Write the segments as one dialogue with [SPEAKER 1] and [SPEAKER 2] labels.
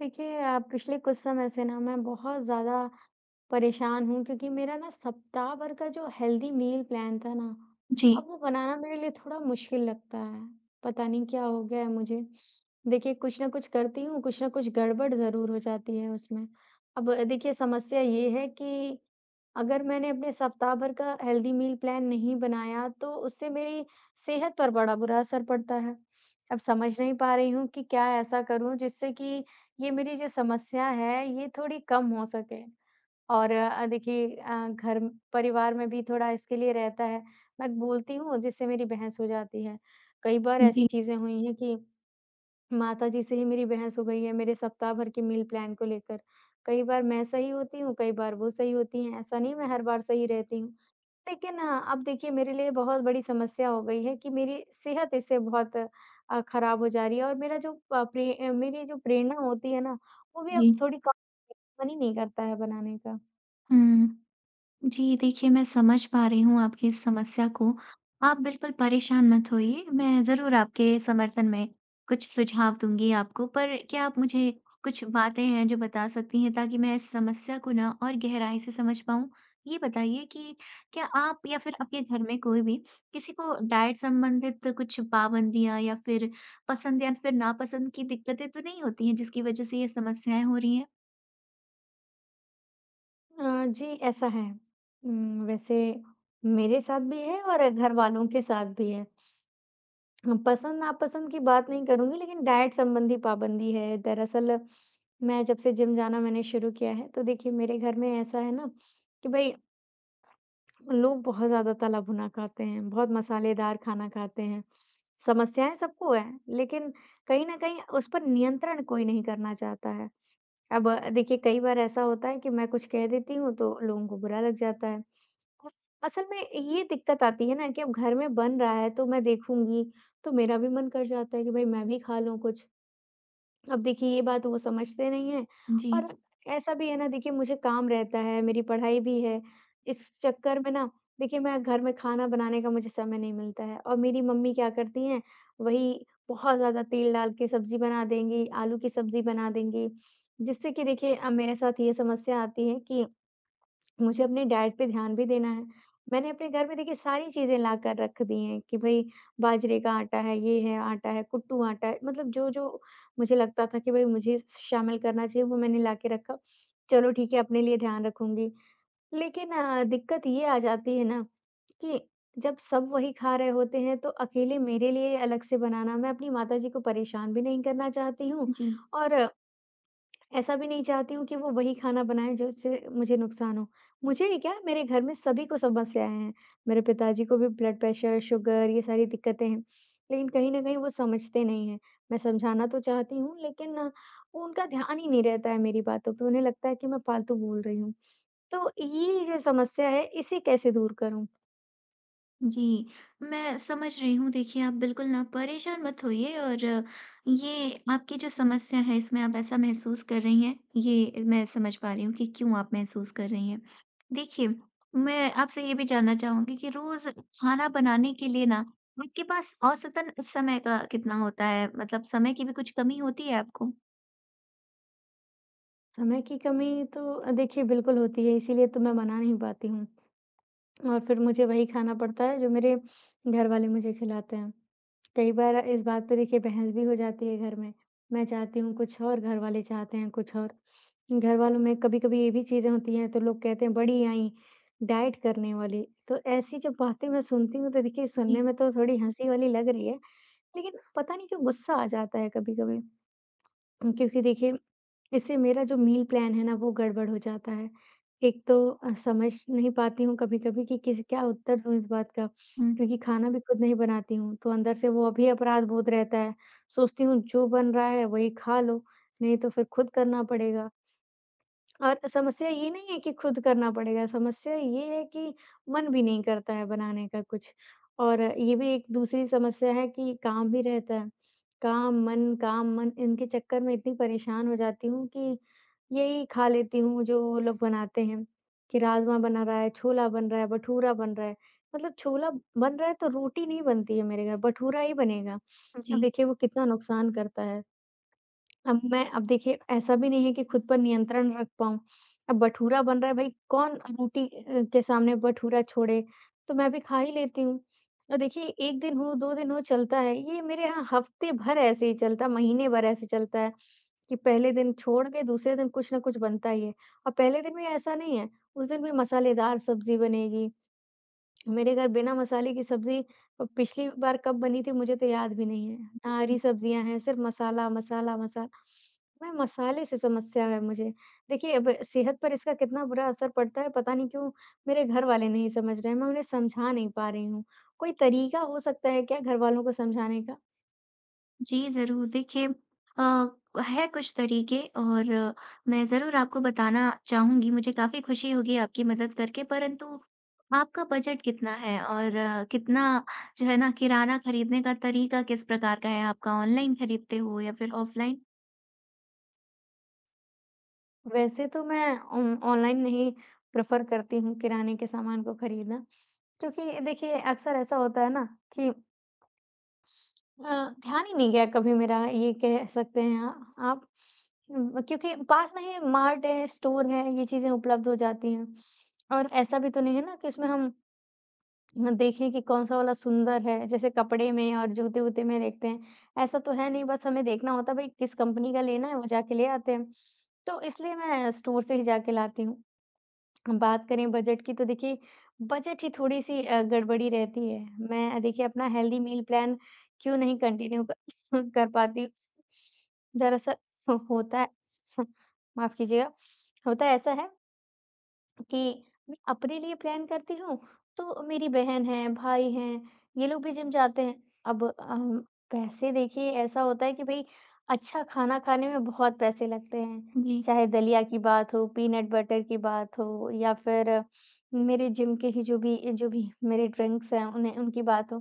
[SPEAKER 1] देखिए पिछले कुछ समय से ना मैं बहुत ज़्यादा परेशान हूँ क्योंकि मेरा ना सप्ताह भर का जो हेल्दी मील प्लान था ना,
[SPEAKER 2] जी,
[SPEAKER 1] अब वो बनाना मेरे लिए थोड़ा मुश्किल लगता है। पता नहीं क्या हो गया है मुझे। देखिए कुछ ना कुछ करती हूँ, कुछ ना कुछ गड़बड़ ज़रूर हो जाती है उसमें। अब देखिए समस्या ये है कि अगर मैंने अपने सप्ताह भर का हेल्दी मील प्लान नहीं बनाया तो उससे मेरी सेहत पर बड़ा बुरा असर पड़ता है। अब समझ नहीं पा रही हूँ कि क्या ऐसा करूँ जिससे कि ये मेरी जो समस्या है, ये थोड़ी कम हो सके और देखिए परिवार में भी थोड़ा इसके लिए रहता है। मैं बोलती हूँ, जिससे मेरी बहस हो जाती है। कई बार ऐसी
[SPEAKER 2] जी,
[SPEAKER 1] चीज़ें हुई हैं कि माताजी से ही मेरी बहस हो गई है, मेरे सप्ताह भर के मील प्लान को लेकर। कई बार मैं सही होती हूँ, कई बार वो सही होती हैं। ऐसा नहीं मैं हर बार सही रहती हूँ। लेकिन हाँ, अब देखिए मेरे लिए बहुत बड़ी समस्या हो गई है कि मेरी सेहत इससे बहुत खराब हो जा रही है और मेरा जो मेरी जो प्रेरणा होती है ना वो भी
[SPEAKER 2] जी।
[SPEAKER 1] अब थोड़ी कम। मन ही नहीं करता है बनाने का।
[SPEAKER 2] हुँ। जी, देखिए मैं समझ पा रही हूँ आपकी इस समस्या को। आप बिल्कुल परेशान मत होइए, मैं ज़रूर आपके समर्थन में कुछ सुझाव दूँगी आपको। पर क्या आप मुझे कुछ बातें हैं जो बता सकती हैं ताकि मैं इस समस्या को ना और गहराई से समझ पाऊँ? ये बताइए कि क्या आप या फिर आपके घर में कोई भी किसी को डाइट संबंधित कुछ पाबंदियाँ या फिर पसंद या फिर नापसंद की दिक्कतें तो नहीं होती हैं जिसकी वज़ह से ये समस्याएँ हो रही हैं?
[SPEAKER 1] जी ऐसा है। वैसे मेरे साथ भी है और घर वालों के साथ भी है। हम पसंद नापसंद की बात नहीं करूँगी लेकिन डाइट संबंधी पाबंदी है। दरअसल मैं जब से जिम जाना मैंने शुरू किया है तो देखिए मेरे घर में ऐसा है ना कि भई लोग बहुत ज़्यादा तला भुना खाते हैं, बहुत मसालेदार खाना खाते हैं। समस्याएँ सबको हैं, लेकिन कहीं न कहीं उस पर नियंत्रण कोई नहीं करना चाहता है। अब देखिए कई बार ऐसा होता है कि मैं कुछ कह देती हूँ तो लोगों को बुरा लग जाता है। और असल में ये दिक्कत आती है ना कि अब घर में बन रहा है तो मैं देखूँगी, तो मेरा भी मन कर जाता है कि भाई मैं भी खा लूँ कुछ। अब देखिए ये बात वो समझते नहीं हैं
[SPEAKER 2] जी,
[SPEAKER 1] और ऐसा भी है ना देखिए मुझे काम रहता है, मेरी पढ़ाई भी है। इस चक्कर में ना देखिए मैं घर में खाना बनाने का मुझे समय नहीं मिलता है और मेरी मम्मी क्या करती हैं वही बहुत ज़्यादा तेल डाल के सब्ज़ी बना देंगी, आलू की सब्ज़ी बना देंगी। जिससे कि देखिए अब मेरे साथ ये समस्या आती है कि मुझे अपने डाइट पे ध्यान भी देना है। मैंने अपने घर में देखिए सारी चीज़ें लाकर रख दी हैं कि भई बाजरे का आटा है, ये है, आटा है, कुट्टू आटा है, मतलब जो-जो मुझे लगता था कि भई मुझे शामिल करना चाहिए वो मैंने लाके रखा। चलो ठीक है अपने लिए ध्यान रखूँगी। लेकिन दिक्कत ये आ जाती है ना कि जब सब वही खा रहे होते हैं तो अकेले मेरे लिए अलग से बनाना मैं अपनी माताजी को परेशान भी नहीं करना चाहती हूँ
[SPEAKER 2] जी।
[SPEAKER 1] और ऐसा भी नहीं चाहती हूँ कि वो वही खाना बनाएँ जिससे मुझे नुकसान हो। मुझे ही क्या मेरे घर में सभी को समस्याएँ हैं। मेरे पिताजी को भी ब्लड प्रेशर, शुगर ये सारी दिक्कतें हैं। लेकिन कहीं न कहीं वो समझते नहीं हैं। मैं समझाना तो चाहती हूँ लेकिन वो उनका ध्यान ही नहीं रहता है मेरी बातों पे। उन्हें लगता है कि मैं फालतू बोल रही हूँ। तो ये जो समस्या है इसे कैसे दूर करूँ?
[SPEAKER 2] जी, मैं समझ रही हूँ। देखिए, आप बिल्कुल ना परेशान मत होइए और ये आपकी जो समस्या है, इसमें आप ऐसा महसूस कर रही हैं, ये मैं समझ पा रही हूँ कि क्यों आप महसूस कर रही हैं। देखिए, मैं आपसे ये भी जानना चाहूँगी कि रोज़ खाना बनाने के लिए ना आपके पास औसतन समय का कितना होता है? मतलब समय की भी कुछ कमी होती है आपको?
[SPEAKER 1] समय की कमी तो देखिए बिल्कुल होती है इसीलिए तो मैं मना नहीं पाती हूँ। और फिर मुझे वही खाना पड़ता है जो मेरे घरवाले मुझे खिलाते हैं। कई बार इस बात पे देखिए बहस भी हो जाती है घर में। मैं चाहती हूँ कुछ और घरवाले चाहते हैं कुछ और। घरवालों में कभी-कभी ये भी चीज़ें होती हैं तो लोग कहते हैं बड़ी आई डाइट करने वाली। तो ऐसी जब बातें मैं सुनती हूँ तो देखिए
[SPEAKER 2] जी।
[SPEAKER 1] सुनने में तो थोड़ी हँसी वाली लग रही है, लेकिन पता नहीं क्यों गुस्सा आ जाता है कभी-कभी। क्योंकि देखिए, इससे मेरा जो मील प्लान है ना, वो गड़बड़ हो जाता है। एक तो समझ नहीं पाती हूँ कभी-कभी कि किस क्या उत्तर दूँ इस बात का,
[SPEAKER 2] हुँ,
[SPEAKER 1] क्योंकि खाना भी खुद नहीं बनाती हूँ, तो अंदर से वो अभी अपराध बोध रहता है। सोचती हूँ, जो बन रहा है, वही खा लो, नहीं तो फिर खुद करना पड़ेगा। और समस्या ये नहीं है कि खुद करना पड़ेगा, समस्या ये है कि मन भी नहीं करता है बनाने का कुछ। और ये भी एक दूसरी समस्या है कि काम भी रहता है। काम, मन इनके चक्कर में इतनी परेशान हो जाती हूँ कि यही खा लेती हूँ जो वो लोग बनाते हैं, कि राजमा बना रहा है, छोला बन रहा है, भटूरा बन रहा है। मतलब छोला बन रहा है तो रोटी नहीं बनती है मेरे घर, भटूरा ही बनेगा।
[SPEAKER 2] जी।
[SPEAKER 1] अब देखिए वो कितना नुकसान करता है। अब देखिए ऐसा भी नहीं है कि खुद पर नियंत्रण रख पाऊँ। अब भटूरा बन रहा है भई कौन रोटी के सामने भटूरा छोड़े, तो मैं भी खा ही लेती हूँ। और देखिए 1 दिन हो, 2 दिन हो चलता है, ये मेरे यहाँ हफ्ते भर ऐसे ही चलता है, महीने भर ऐसे चलता है कि पहले दिन छोड़ के दूसरे दिन कुछ न कुछ बनता ही है। और पहले दिन भी ऐसा नहीं है, उस दिन भी मसालेदार सब्ज़ी बनेगी, मेरे घर बिना मसाले की सब्ज़ी पिछली बार कब बनी थी मुझे तो याद भी नहीं है। ना हरी सब्जियाँ हैं, सिर्फ़ मसाला, मसाला, मसाला। मैं मसाले से समस्या है मुझे। देखिए अब सेहत पर इसका कितना बुरा असर पड़ता है पता नहीं क्यों मेरे घर वाले नहीं समझ रहे हैं, मैं उन्हें समझा नहीं पा रही हूँ। कोई तरीका हो सकता है क्या घर वालों को समझाने का?
[SPEAKER 2] जी, ज़रूर। देखिए अ, है कुछ तरीके और मैं ज़रूर आपको बताना चाहूँगी, मुझे काफ़ी खुशी होगी आपकी मदद करके। परंतु आपका बजट कितना है और कितना जो है ना किराना खरीदने का तरीका किस प्रकार का है? आपका ऑनलाइन खरीदते हो या फिर ऑफ़लाइन?
[SPEAKER 1] वैसे तो मैं ऑन ऑनलाइन नहीं प्रेफ़र करती हूँ किराने के सामान को खरीदना, क्योंकि देखिए अक्सर ऐसा होता है ना कि अ, ध्यान ही नहीं गया कभी मेरा ये कह सकते हैं आप क्योंकि पास में ही मार्ट है, स्टोर है, ये चीज़ें उपलब्ध हो जाती हैं। और ऐसा भी तो नहीं है ना कि उसमें हम देखें कि कौन-सा वाला सुंदर है, जैसे कपड़े में और जूते-वूते में देखते हैं, ऐसा तो है नहीं बस हमें देखना होता है भई किस कंपनी का लेना है, वो जाके ले आते हैं। तो इसलिए मैं स्टोर से ही जाके लाती हूँ। बात करें बजट की तो देखिए बजट ही थोड़ी-सी गड़बड़ी रहती है। मैं देखिए अपना हेल्दी मील प्लान क्यों नहीं कंटिन्यू कर कर पाती हूँ। दरअसल होता है माफ़ कीजिएगा, होता ऐसा है कि मैं अपने लिए प्लान करती हूँ, तो मेरी बहन है, भाई हैं, ये लोग भी जिम जाते हैं। अब पैसे देखिए ऐसा होता है कि भई अच्छा खाना खाने में बहुत पैसे लगते हैं।
[SPEAKER 2] जी।
[SPEAKER 1] चाहे दलिया की बात हो, पीनट बटर की बात हो या फिर मेरे जिम के ही जो भी मेरे ड्रिंक्स हैं उन्हें उनकी बात हो।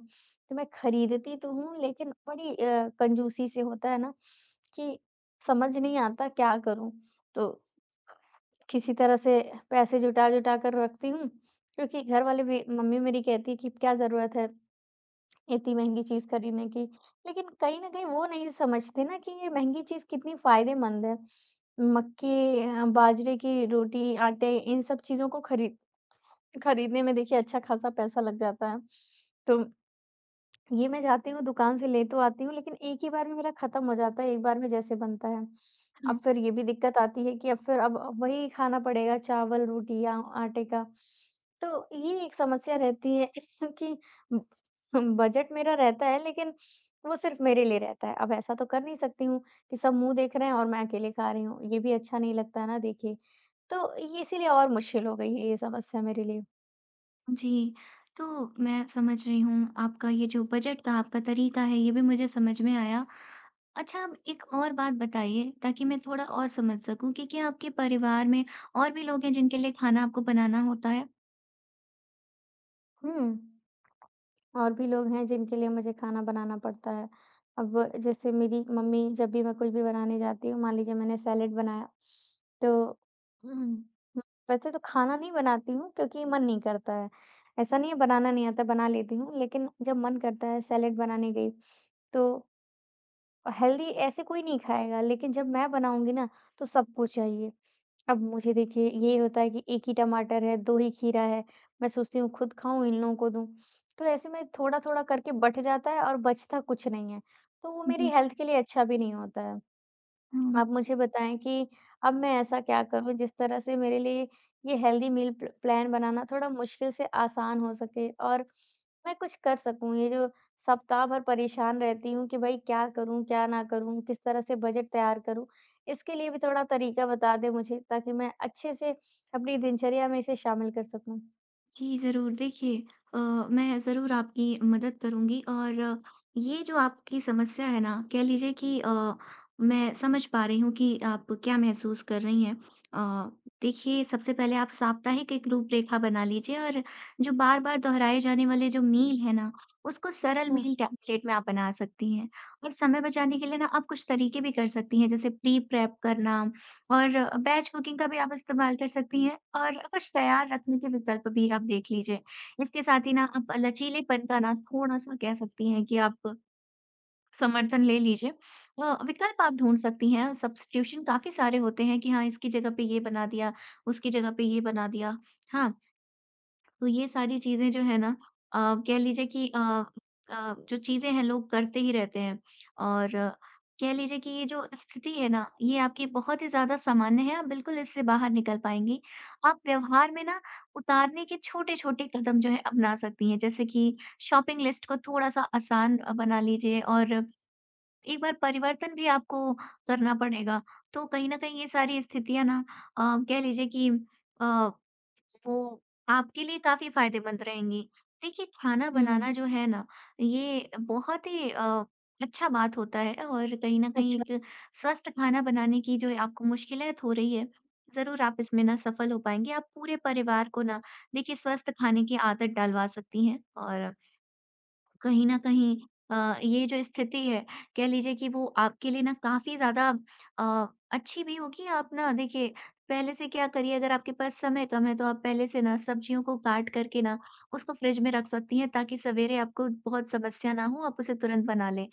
[SPEAKER 1] तो मैं खरीदती तो हूँ लेकिन बड़ी कंजूसी से होता है ना कि समझ नहीं आता क्या करूँ? तो किसी तरह से पैसे जुटा-जुटा कर रखती हूँ, क्योंकि घर वाले भी मम्मी मेरी कहती है कि क्या ज़रूरत है इतनी महँगी चीज़ खरीदने की। लेकिन कहीं न कहीं वो नहीं समझते ना कि ये महँगी चीज़ कितनी फ़ायदेमंद है। बाजरे की रोटी, आटे इन सब चीज़ों को खरीदने में देखिए अच्छा-खासा पैसा लग जाता है। तो ये मैं जाती हूँ दुकान से ले तो आती हूँ लेकिन एक ही बार में मेरा खत्म हो जाता है, एक बार में जैसे बनता है। अब फिर ये भी दिक्कत आती है कि अब फिर अब वही खाना पड़ेगा चावल, रोटी या आटे का। तो ये एक समस्या रहती है क्योंकि ब बजट मेरा रहता है लेकिन वो सिर्फ़ मेरे लिए रहता है। अब ऐसा तो कर नहीं सकती हूँ कि सब मुँह देख रहे हैं और मैं अकेले खा रही हूँ, ये भी अच्छा नहीं लगता है ना देखिए। तो ये इसीलिए और मुश्किल हो गई है ये समस्या मेरे लिए।
[SPEAKER 2] जी, तो मैं समझ रही हूँ आपका ये जो बजट का आपका तरीका है ये भी मुझे समझ में आया। अच्छा आप एक और बात बताइए ताकि मैं थोड़ा और समझ सकूँ कि क्या आपके परिवार में और भी लोग हैं जिनके लिए खाना आपको बनाना होता है?
[SPEAKER 1] हुँ। और भी लोग हैं जिनके लिए मुझे खाना बनाना पड़ता है। अब जैसे मेरी मम्मी जब भी मैं कुछ भी बनाने जाती हूँ, मान लीजिए मैंने सैलेड बनाया, तो उम, वैसे तो खाना नहीं बनाती हूँ क्योंकि मन नहीं करता है। ऐसा नहीं है बनाना नहीं आता, बना लेती हूँ, लेकिन जब मन करता है सैलेड बनाने गई, तो हेल्दी ऐसे कोई नहीं खाएगा, लेकिन जब मैं बनाऊँगी ना, तो सबको चाहिए। अब मुझे देखिए ये होता है कि 1 ही टमाटर है, 2 ही खीरा है, मैं सोचती हूँ खुद खाऊँ, इन लोगों को दूँ। तो ऐसे में थोड़ा-थोड़ा करके बँट जाता है और बचता कुछ नहीं है। तो वो मेरी
[SPEAKER 2] जी।
[SPEAKER 1] हेल्थ के लिए अच्छा भी नहीं होता है।
[SPEAKER 2] हुँ।
[SPEAKER 1] आप मुझे बताएँ कि अब मैं ऐसा क्या करूँ जिस तरह से मेरे लिए ये हेल्दी मील प्लान बनाना थोड़ा मुश्किल से आसान हो सके और मैं कुछ कर सकूँ। ये जो सप्ताह भर परेशान रहती हूँ कि भई क्या करूँ, क्या ना करूँ, किस तरह से बजट तैयार करूँ? इसके लिए भी थोड़ा तरीका बता दें मुझे ताकि मैं अच्छे से अपनी दिनचर्या में इसे शामिल कर सकूँ।
[SPEAKER 2] जी, ज़रूर। देखिए मैं ज़रूर आपकी मदद करूँगी और ये जो आपकी समस्या है ना, कह लीजिए कि मैं समझ पा रही हूँ कि आप क्या महसूस कर रही हैं। अ, देखिए, सबसे पहले आप साप्ताहिक एक रूपरेखा बना लीजिए और जो बार-बार दोहराए जाने वाले जो मील हैं ना, उसको सरल
[SPEAKER 1] हाँ।
[SPEAKER 2] मील टेम्पलेट में आप बना सकती हैं और समय बचाने के लिए ना, आप कुछ तरीके भी कर सकती हैं, जैसे प्री-प्रेप करना और बैच कुकिंग का भी आप इस्तेमाल कर सकती हैं और कुछ तैयार रखने के विकल्प भी आप देख लीजिए। इसके साथ ही ना आप लचीलेपन का ना थोड़ा-सा कह सकती हैं कि आप समर्थन ले लीजिए। विकल्प आप ढूँढ सकती हैं, सब्स्टिट्यूशन काफ़ी सारे होते हैं कि हाँ, इसकी जगह पे ये बना दिया, उसकी जगह पे ये बना दिया। हाँ, तो ये सारी चीज़ें जो है ना कह लीजिए कि जो चीज़ें हैं लोग करते ही रहते हैं और कह लीजिए कि ये जो स्थिति है ना, ये आपकी बहुत ही ज़्यादा सामान्य है, आप बिल्कुल इससे बाहर निकल पाएँगी। आप व्यवहार में ना उतारने के छोटे-छोटे कदम जो है अपना सकती हैं, जैसे कि शॉपिंग लिस्ट को थोड़ा-सा आसान बना लीजिए और एक बार परिवर्तन भी आपको करना पड़ेगा। तो कहीं न कहीं ये सारी स्थितियाँ ना अ, कह लीजिए कि अ वो आपके लिए काफ़ी फ़ायदेमंद रहेंगी। देखिए, खाना
[SPEAKER 1] हुँ।
[SPEAKER 2] बनाना जो है ना, ये बहुत ही अच्छा बात होता है और कहीं न कहीं
[SPEAKER 1] अच्छा।
[SPEAKER 2] एक स्वस्थ खाना बनाने की जो आपको मुश्किलात हो रही है, ज़रूर आप इसमें ना सफल हो पाएँगे। आप पूरे परिवार को ना देखिए स्वस्थ खाने की आदत डलवा सकती हैं और कहीं न कहीं अ, ये जो स्थिति है, कह लीजिए कि वो आपके लिए ना काफ़ी ज़्यादा अ, अच्छी भी होगी। आप ना देखिए, पहले से क्या करिए अगर आपके पास समय कम है, तो आप पहले से ना सब्जियों को काट कर के ना उसको फ्रिज में रख सकती हैं, ताकि सवेरे आपको बहुत समस्या ना हो, आप उसे तुरंत बना लें।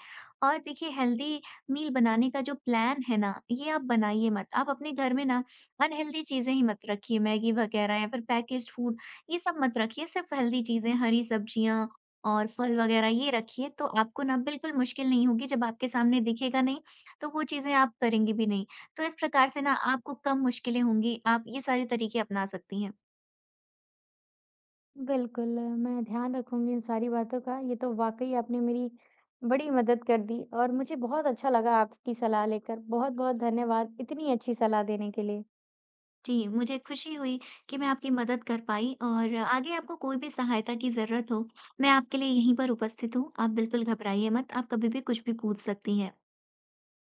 [SPEAKER 2] और देखिए हेल्दी मील बनाने का जो प्लान है ना, ये आप बनाइए मत। आप अपने घर में ना अनहेल्दी चीज़ें ही मत रखिए, मैगी वगैरह या फिर पैकेज्ड फूड, ये सब मत रखिए। सिर्फ़ हेल्दी चीज़ें, हरी सब्जियाँ और फल वगैरह ये रखिए, तो आपको ना बिल्कुल मुश्किल नहीं होगी, जब आपके सामने दिखेगा नहीं, तो वो चीज़ें आप करेंगी भी नहीं। तो इस प्रकार से ना आपको कम मुश्किलें होंगी, आप ये सारे तरीके अपना सकती हैं।
[SPEAKER 1] बिल्कुल, मैं ध्यान रखूँगी इन सारी बातों का। ये तो वाक़ई आपने मेरी बड़ी मदद कर दी और मुझे बहुत अच्छा लगा आपकी सलाह लेकर। बहुत-बहुत धन्यवाद इतनी अच्छी सलाह देने के लिए।
[SPEAKER 2] जी, मुझे खुशी हुई कि मैं आपकी मदद कर पाई और आगे आपको कोई भी सहायता की ज़रूरत हो, मैं आपके लिए यहीं पर उपस्थित हूँ। आप बिल्कुल घबराइए मत, आप कभी भी कुछ भी पूछ सकती हैं।